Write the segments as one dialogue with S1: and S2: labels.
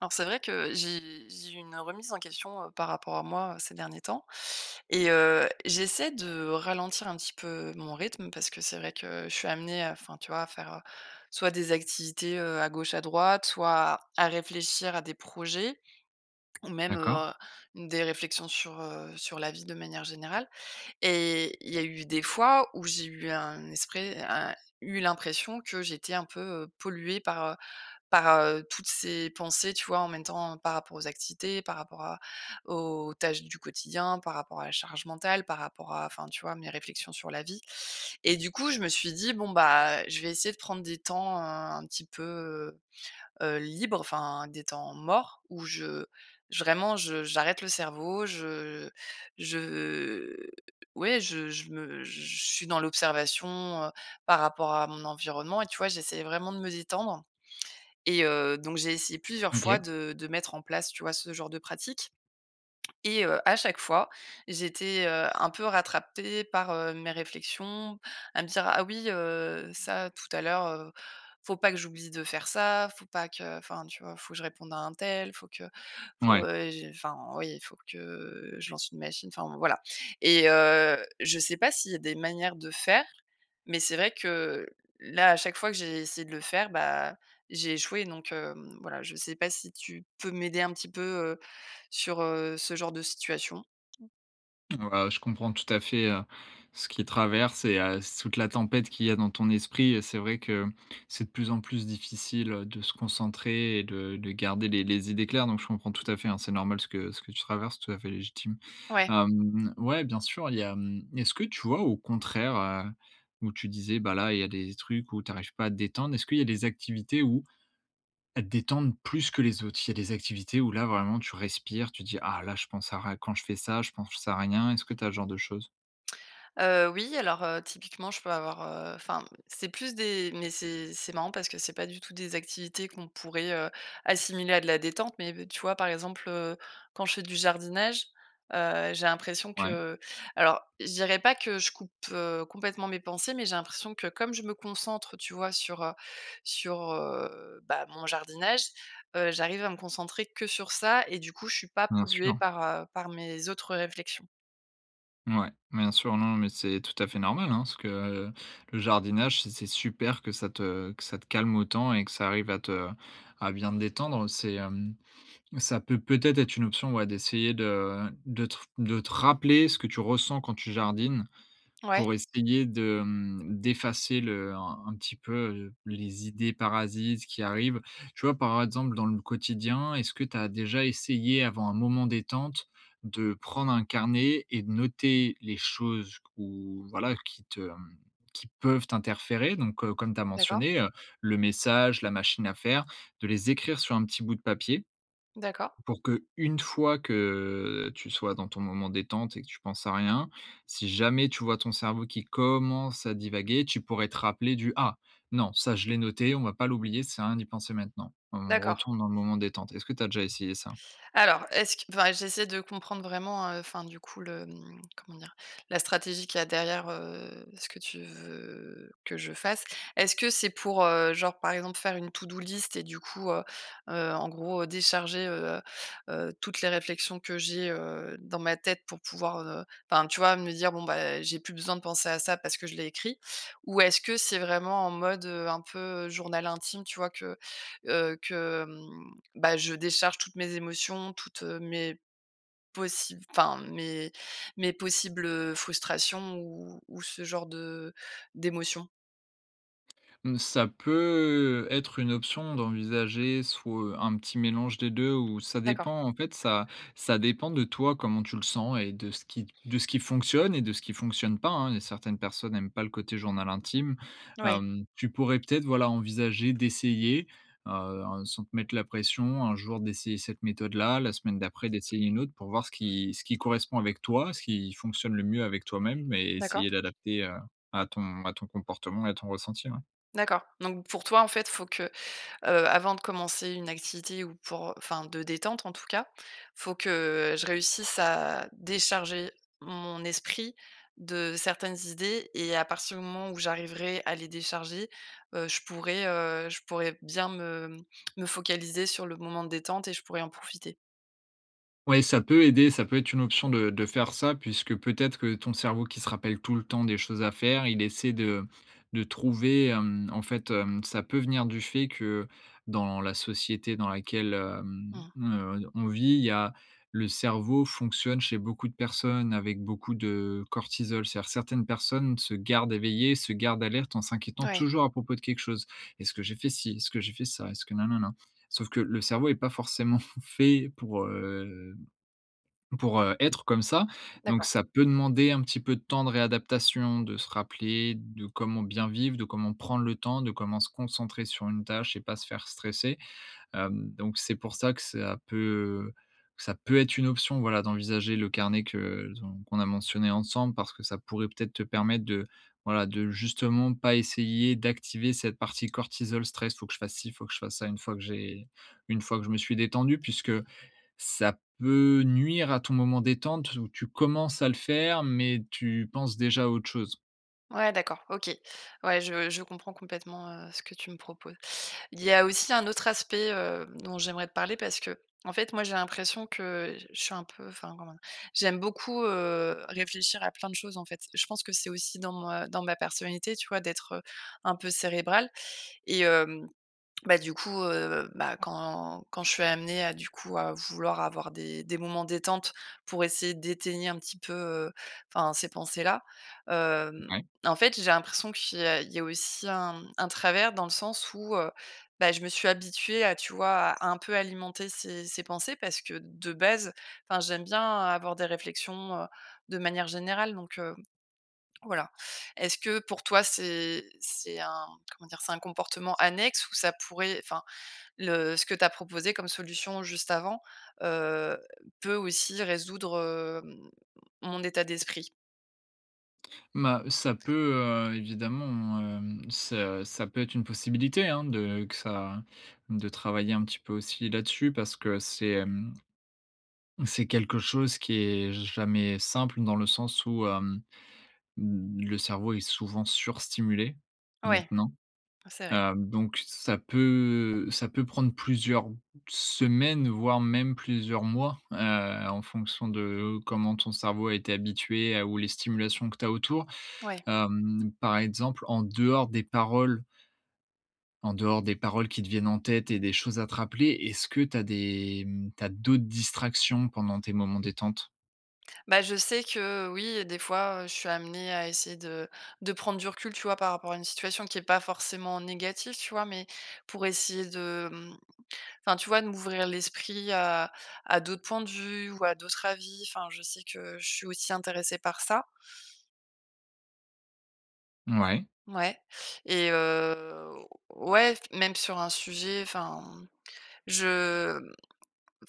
S1: Alors c'est vrai que j'ai eu une remise en question, par rapport à moi, ces derniers temps et j'essaie de ralentir un petit peu mon rythme parce que c'est vrai que je suis amenée à enfin, tu vois, à faire, soit des activités, à gauche, à droite, soit à réfléchir à des projets ou même,
S2: D'accord,
S1: des réflexions sur, sur la vie de manière générale. Et il y a eu des fois où j'ai eu un esprit un eu l'impression que j'étais un peu, polluée par toutes ces pensées, tu vois? En même temps, par rapport aux activités, par rapport à aux tâches du quotidien, par rapport à la charge mentale, par rapport à enfin, tu vois? Mes réflexions sur la vie. Et du coup, je me suis dit: «Bon, bah, je vais essayer de prendre des temps, un petit peu, libres, enfin, des temps morts où je vraiment, je j'arrête le cerveau, je ouais, je suis dans l'observation, par rapport à mon environnement» et tu vois? J'essayais vraiment de me détendre. Donc j'ai essayé plusieurs
S2: OK.
S1: fois de mettre en place, tu vois, ce genre de pratique et à chaque fois, j'étais, un peu rattrapée par, mes réflexions, à me dire: «Ah oui, ça tout à l'heure, faut pas que j'oublie de faire ça, faut pas que» enfin tu vois? «Faut que je réponde à un tel,
S2: Ouais.
S1: j'ai» enfin oui, il «faut que je lance une machine», enfin voilà. Et je sais pas s'il y a des manières de faire, mais c'est vrai que là, à chaque fois que j'ai essayé de le faire, bah, j'ai échoué donc voilà, je sais pas si tu peux m'aider un petit peu, sur, ce genre de situation.
S2: Bah, je comprends tout à fait, ce qui traverse et toute la tempête qu'il y a dans ton esprit et c'est vrai que c'est de plus en plus difficile, de se concentrer et de garder les idées claires donc je comprends tout à fait, hein, c'est normal ce que tu traverses, c'est tout à fait légitime.
S1: Ouais.
S2: Hem, ouais, bien sûr, il y a, mmh, est-ce que tu vois au contraire, où tu disais, bah, là, il y a des trucs où tu n'arrives pas à te détendre, est-ce qu'il y a des activités où elles te détendent plus que les autres. Il y a des activités où là vraiment tu respires, tu dis: «Ah là je pense à rien quand je fais ça, je pense à rien». Est-ce que tu as ce genre de choses?
S1: Oui, alors, typiquement, je peux avoir, enfin, c'est plus des mais c'est marrant parce que c'est pas du tout des activités qu'on pourrait, assimiler à de la détente, mais tu vois, par exemple, quand je fais du jardinage, j'ai l'impression
S2: Ouais,
S1: que alors, je dirais pas que je coupe, complètement mes pensées, mais j'ai l'impression que comme je me concentre, tu vois, sur, sur, bah, mon jardinage, j'arrive à me concentrer que sur ça et du coup, je suis pas
S2: bien
S1: polluée
S2: sûr.
S1: par, par mes autres réflexions.
S2: Ouais, bien sûr, non, mais c'est tout à fait normal, hein, parce que, le jardinage, c'est super que ça te calme autant et que ça arrive à te à bien te détendre. C'est, hem, ça peut peut-être être une option, ouais, d'essayer de te de te rappeler ce que tu ressens quand tu jardines.
S1: Ouais,
S2: Pour essayer de, mmh, d'effacer le un petit peu, les idées parasites qui arrivent. Tu vois, par exemple, dans le quotidien, est-ce que tu as déjà essayé, avant un moment détente, de prendre un carnet et de noter les choses ou voilà, qui te, mmh, qui peuvent t'interférer? Donc, comme tu as
S1: d'accord,
S2: mentionné, le message, la machine à faire, de les écrire sur un petit bout de papier
S1: d'accord.
S2: pour que une fois que tu sois dans ton moment détente et que tu penses à rien, si jamais tu vois ton cerveau qui commence à divaguer, tu pourrais te rappeler du: «Ah, non, ça je l'ai noté, on va pas l'oublier, c'est à rien d'y penser maintenant». On
S1: D'accord.
S2: retourne dans le moment détente. Est-ce que tu as déjà essayé ça?
S1: Alors, est-ce que enfin, j'essaie de comprendre vraiment, enfin, du coup, le, comment dire? La stratégie qu'il y a derrière, ce que tu veux que je fasse. Est-ce que c'est pour, genre, par exemple, faire une to-do list et du coup, en gros, décharger, toutes les réflexions que j'ai, dans ma tête pour pouvoir, enfin, tu vois, me dire: «Bon, bah, j'ai plus besoin de penser à ça parce que je l'ai écrit» ou est-ce que c'est vraiment en mode, un peu journal intime, tu vois, que, heu, que, mmh bah, je décharge toutes mes émotions, toutes, mes possibles enfin mes possibles, frustrations ou ce genre de d'émotions.
S2: Mmh, ça peut être une option d'envisager soit un petit mélange des 2, ou ça
S1: D'accord.
S2: dépend, en fait, ça dépend de toi, comment tu le sens et de ce qui fonctionne et de ce qui fonctionne pas, hein et certaines personnes n'aiment pas le côté journal intime.
S1: Oui.
S2: Hem, tu pourrais peut-être, voilà, envisager d'essayer, sans te mettre la pression, un jour d'essayer cette méthode-là, la semaine d'après d'essayer une autre pour voir ce qui correspond avec toi, ce qui fonctionne le mieux avec toi-même et
S1: D'accord,
S2: essayer d'adapter, à ton comportement et à ton ressenti, ouais.
S1: d'accord. Donc pour toi, en fait, faut que avant de commencer une activité ou pour enfin de détente en tout cas, faut que je réussisse à décharger mon esprit de certaines idées et à partir du moment où j'arriverai à les décharger, je pourrai bien me focaliser sur le moment de détente et je pourrai en profiter.
S2: Ouais, ça peut aider, ça peut être une option de faire ça puisque peut-être que ton cerveau qui se rappelle tout le temps des choses à faire, il essaie de trouver, hem, en fait, hem, ça peut venir du fait que dans la société dans laquelle, hem,
S1: Mmh.
S2: on vit, il y a le cerveau fonctionne chez beaucoup de personnes avec beaucoup de cortisol. C'est-à-dire certaines personnes se gardent éveillées, se gardent alertes en s'inquiétant
S1: Ouais,
S2: toujours à propos de quelque chose. «Est-ce que j'ai fait ci? Est-ce que j'ai fait ça? Est-ce que non, non, non. Sauf que le cerveau est pas forcément fait pour, être comme ça, donc
S1: d'accord.
S2: ça peut demander un petit peu de temps de réadaptation, de se rappeler de comment bien vivre, de comment prendre le temps, de comment se concentrer sur une tâche et pas se faire stresser. Hem, donc c'est pour ça que ça peut être une option, voilà, d'envisager le carnet que dont qu'on a mentionné ensemble parce que ça pourrait peut-être te permettre de, voilà, de justement pas essayer d'activer cette partie cortisol, stress: «Faut que je fasse ci, faut que je fasse ça» une fois que j'ai une fois que je me suis détendu puisque ça peut nuire à ton moment détente où tu commences à le faire, mais tu penses déjà à autre chose.
S1: Ouais, d'accord, OK. Ouais, je comprends complètement, ce que tu me proposes. Il y a aussi un autre aspect, dont j'aimerais te parler parce que en fait, moi, j'ai l'impression que je suis un peu enfin, comment dire? J'aime beaucoup, réfléchir à plein de choses, en fait. Je pense que c'est aussi dans ma personnalité, tu vois, d'être, un peu cérébrale et euh, bah, du coup, bah, quand je suis amenée à, du coup, à vouloir avoir des moments détente pour essayer d'étayer un petit peu, heu, enfin, ces pensées-là, hem,
S2: Ouais.
S1: en fait, j'ai l'impression qu'il y a aussi un travers dans le sens où, bah, je me suis habituée à, tu vois, à un peu alimenter ces pensées parce que de base, enfin, j'aime bien avoir des réflexions, de manière générale donc voilà. Est-ce que pour toi c'est un comment dire? C'est un comportement annexe ou ça pourrait enfin, le ce que tu as proposé comme solution juste avant, heu, peut aussi résoudre, hem, mon état d'esprit.
S2: Bah, ça peut, évidemment, hem, ça peut être une possibilité, hein, de que ça de travailler un petit peu aussi là-dessus parce que c'est, hem, c'est quelque chose qui est jamais simple dans le sens où, hem, le cerveau est souvent surstimulé
S1: Ouais,
S2: maintenant.
S1: c'est vrai.
S2: Hem, donc ça peut prendre plusieurs semaines, voire même plusieurs mois, en fonction de comment ton cerveau a été habitué à ou les stimulations que tu as autour.
S1: Ouais.
S2: Hem, par exemple, en dehors des paroles qui te viennent en tête et des choses à te rappeler, est-ce que tu as des, t'as d'autres distractions pendant tes moments détente?
S1: Bah, je sais que oui, des fois, je suis amenée à essayer de prendre du recul, tu vois, par rapport à une situation qui est pas forcément négative, tu vois? Mais pour essayer de, enfin, tu vois, de m'ouvrir l'esprit à d'autres points de vue ou à d'autres avis. Enfin, je sais que je suis aussi intéressée par ça.
S2: Ouais,
S1: Ouais. Et ouais, même sur un sujet, enfin, je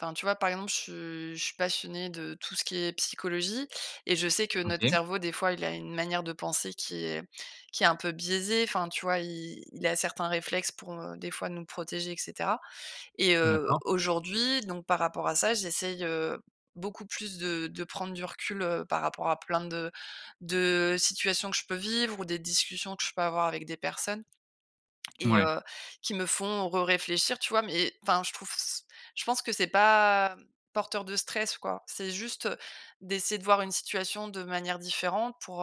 S1: enfin, tu vois, par exemple, je suis passionnée de tout ce qui est psychologie et je sais que notre
S2: OK,
S1: cerveau, des fois, il a une manière de penser qui est un peu biaisée. Enfin, tu vois, il a certains réflexes pour, des fois, nous protéger et cetera et
S2: d'accord,
S1: aujourd'hui, donc par rapport à ça, j'essaye, beaucoup plus de prendre du recul, par rapport à plein de situations que je peux vivre ou des discussions que je peux avoir avec des personnes et
S2: ouais.
S1: qui me font réfléchir tu vois? Mais enfin, je trouve s je pense que c'est pas porteur de stress, quoi. C'est juste, d'essayer de voir une situation de manière différente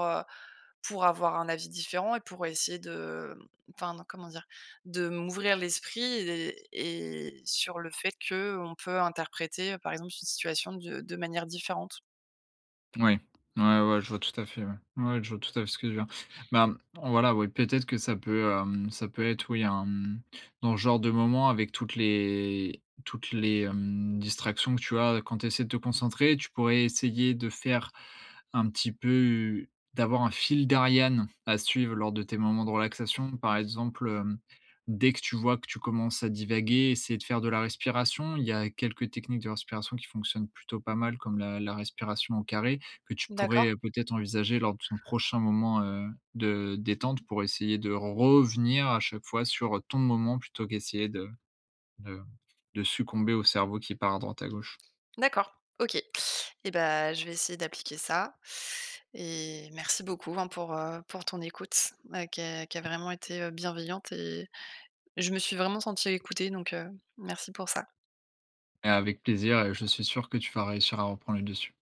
S1: pour avoir un avis différent et pour essayer de, enfin, non, comment dire? De m'ouvrir l'esprit et sur le fait que on peut interpréter, par exemple, une situation de manière différente.
S2: Oui. Ouais, ouais, je vois tout à fait, ouais. Ouais, je vois tout à fait ce que tu veux dire. Bah, voilà, oui, peut-être que ça peut, hem, ça peut être, oui, un, mmh, dans ce genre de moment avec toutes les hem, distractions que tu as quand tu essaies de te concentrer, tu pourrais essayer de faire un petit peu, d'avoir un fil d'Ariane à suivre lors de tes moments de relaxation. Par exemple, hem, dès que tu vois que tu commences à divaguer, essayer de faire de la respiration. Il y a quelques techniques de respiration qui fonctionnent plutôt pas mal, comme la respiration au carré. Que tu
S1: D'accord,
S2: pourrais, peut-être envisager lors de ton prochain moment, de détente pour essayer de revenir à chaque fois sur, ton moment plutôt qu'essayer de de succomber au cerveau qui part à droite à gauche.
S1: d'accord, OK et ben, je vais essayer d'appliquer ça et merci beaucoup, hein, pour ton écoute, qui a vraiment été, bienveillante et je me suis vraiment sentie écoutée donc merci pour ça.
S2: Et avec plaisir et je suis sûr que tu vas réussir à reprendre le dessus.